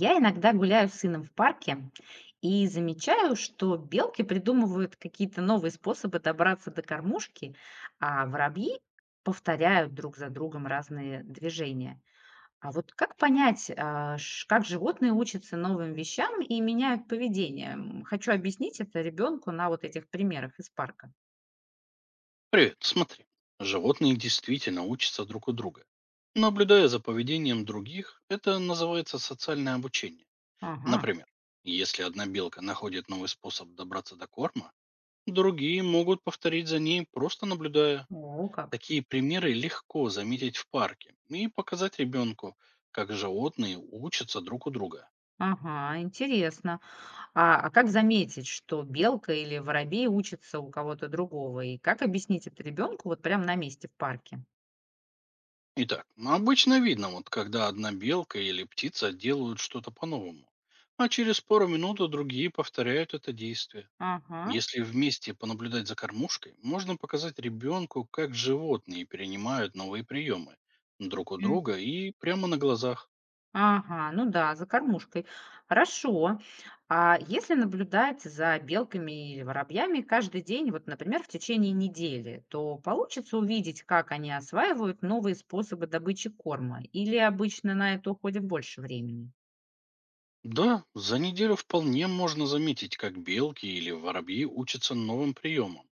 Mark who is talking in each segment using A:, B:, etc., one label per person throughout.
A: Я иногда гуляю с сыном в парке и замечаю, что белки придумывают какие-то новые способы добраться до кормушки, а воробьи повторяют друг за другом разные движения. А вот как понять, как животные учатся новым вещам и меняют поведение? Хочу объяснить это ребенку на вот этих примерах из парка.
B: Привет, смотри. Животные действительно учатся друг у друга. Наблюдая за поведением других, это называется социальное обучение.
A: Ага.
B: Например, если одна белка находит новый способ добраться до корма, другие могут повторить за ней, просто наблюдая.
A: О как.
B: Такие примеры легко заметить в парке и показать ребенку, как животные учатся друг у друга.
A: Ага, интересно. А как заметить, что белка или воробей учатся у кого-то другого? И как объяснить это ребенку вот прямо на месте в парке?
B: Итак, ну, обычно видно, вот когда одна белка или птица делают что-то по-новому, а через пару минут и другие повторяют это действие.
A: Ага.
B: Если вместе понаблюдать за кормушкой, можно показать ребенку, как животные перенимают новые приемы друг у
A: М.
B: друга и прямо на глазах.
A: Ага, ну да, за кормушкой. Хорошо. А если наблюдать за белками или воробьями каждый день, вот, например, в течение недели, то получится увидеть, как они осваивают новые способы добычи корма? Или обычно на это уходит больше времени?
B: Да, за неделю вполне можно заметить, как белки или воробьи учатся новым приемам,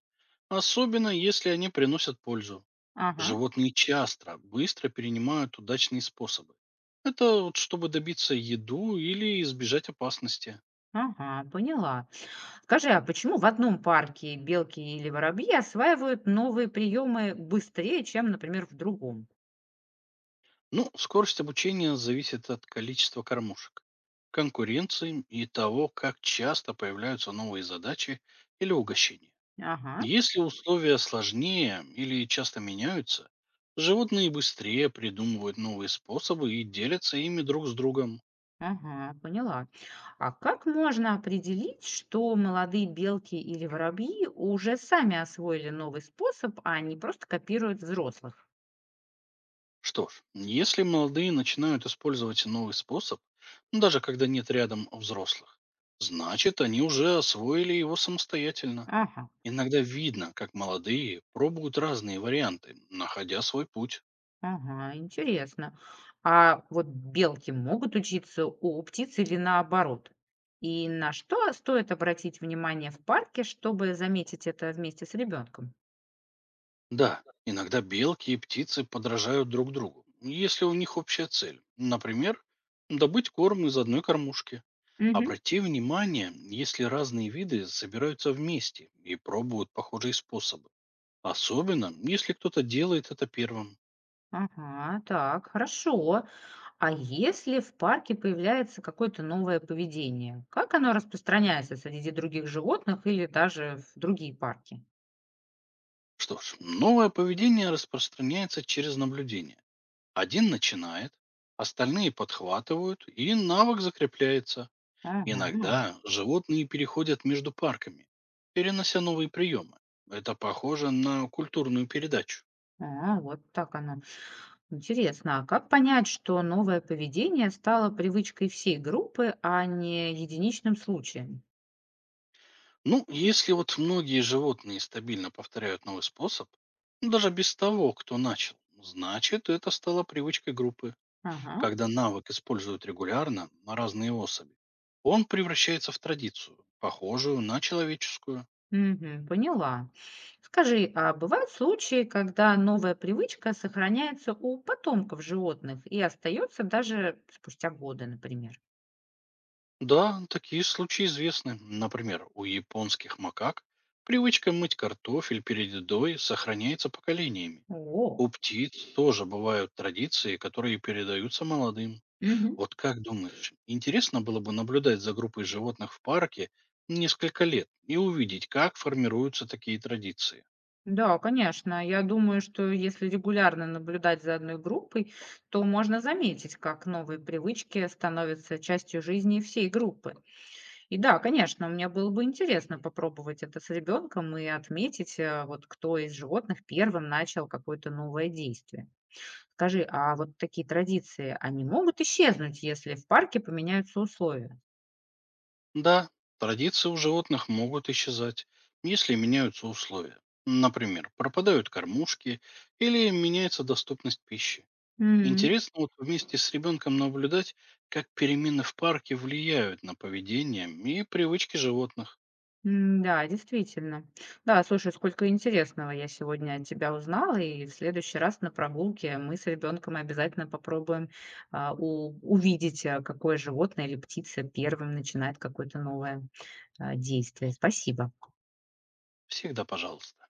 B: особенно если они приносят пользу.
A: Ага,
B: Животные часто быстро перенимают удачные способы. Это вот чтобы добиться еду или избежать опасности.
A: ага, поняла. Скажи, а почему в одном парке белки или воробьи осваивают новые приемы быстрее, чем, например, в другом?
B: Ну, скорость обучения зависит от количества кормушек, конкуренции и того, как часто появляются новые задачи или угощения.
A: Ага,
B: Если условия сложнее или часто меняются, животные быстрее придумывают новые способы и делятся ими друг с другом.
A: ага, поняла. А как можно определить, что молодые белки или воробьи уже сами освоили новый способ, а не просто копируют взрослых?
B: Что ж, если молодые начинают использовать новый способ, ну, даже когда нет рядом взрослых, значит, они уже освоили его самостоятельно.
A: Ага,
B: Иногда видно, как молодые пробуют разные варианты, находя свой путь.
A: ага, интересно. А вот белки могут учиться у птиц или наоборот? И на что стоит обратить внимание в парке, чтобы заметить это вместе с ребенком?
B: Да, иногда белки и птицы подражают друг другу, если у них общая цель. Например, добыть корм из одной кормушки.
A: Мгм.
B: Обрати внимание, если разные виды собираются вместе и пробуют похожие способы. Особенно, если кто-то делает это первым.
A: Ага, так, хорошо. А если в парке появляется какое-то новое поведение, как оно распространяется среди других животных или даже в другие парки?
B: Что ж, новое поведение распространяется через наблюдение. Один начинает, остальные подхватывают, и навык закрепляется.
A: Ага,
B: Иногда животные переходят между парками, перенося новые приемы. Это похоже на культурную передачу.
A: а, вот так оно. Интересно, а как понять, что новое поведение стало привычкой всей группы, а не единичным случаем?
B: Ну, если вот многие животные стабильно повторяют новый способ, ну, даже без того, кто начал, значит, это стало привычкой группы.
A: Ага.
B: Когда навык используют регулярно на разные особи, он превращается в традицию, похожую на человеческую.
A: Мгм. Поняла. Скажи, а бывают случаи, когда новая привычка сохраняется у потомков животных и остается даже спустя годы, например?
B: Да, такие случаи известны. Например, у японских макак привычка мыть картофель перед едой сохраняется поколениями.
A: О.
B: У птиц тоже бывают традиции, которые передаются молодым.
A: Мгм.
B: Вот как думаешь, интересно было бы наблюдать за группой животных в парке несколько лет и увидеть, как формируются такие традиции?
A: Да, конечно. Я думаю, что если регулярно наблюдать за одной группой, то можно заметить, как новые привычки становятся частью жизни всей группы. И да, конечно, мне было бы интересно попробовать это с ребенком и отметить, вот кто из животных первым начал какое-то новое действие. Скажи, а вот такие традиции, они могут исчезнуть, если в парке поменяются условия?
B: Да, традиции у животных могут исчезать, если меняются условия. Например, пропадают кормушки или меняется доступность пищи.
A: М,
B: Интересно вот вместе с ребенком наблюдать, как перемены в парке влияют на поведение и привычки животных.
A: м, да, действительно. Да, слушай, сколько интересного я сегодня от тебя узнала, и в следующий раз на прогулке мы с ребенком обязательно попробуем увидеть, какое животное или птица первым начинает какое-то новое действие. Спасибо.
B: Всегда пожалуйста.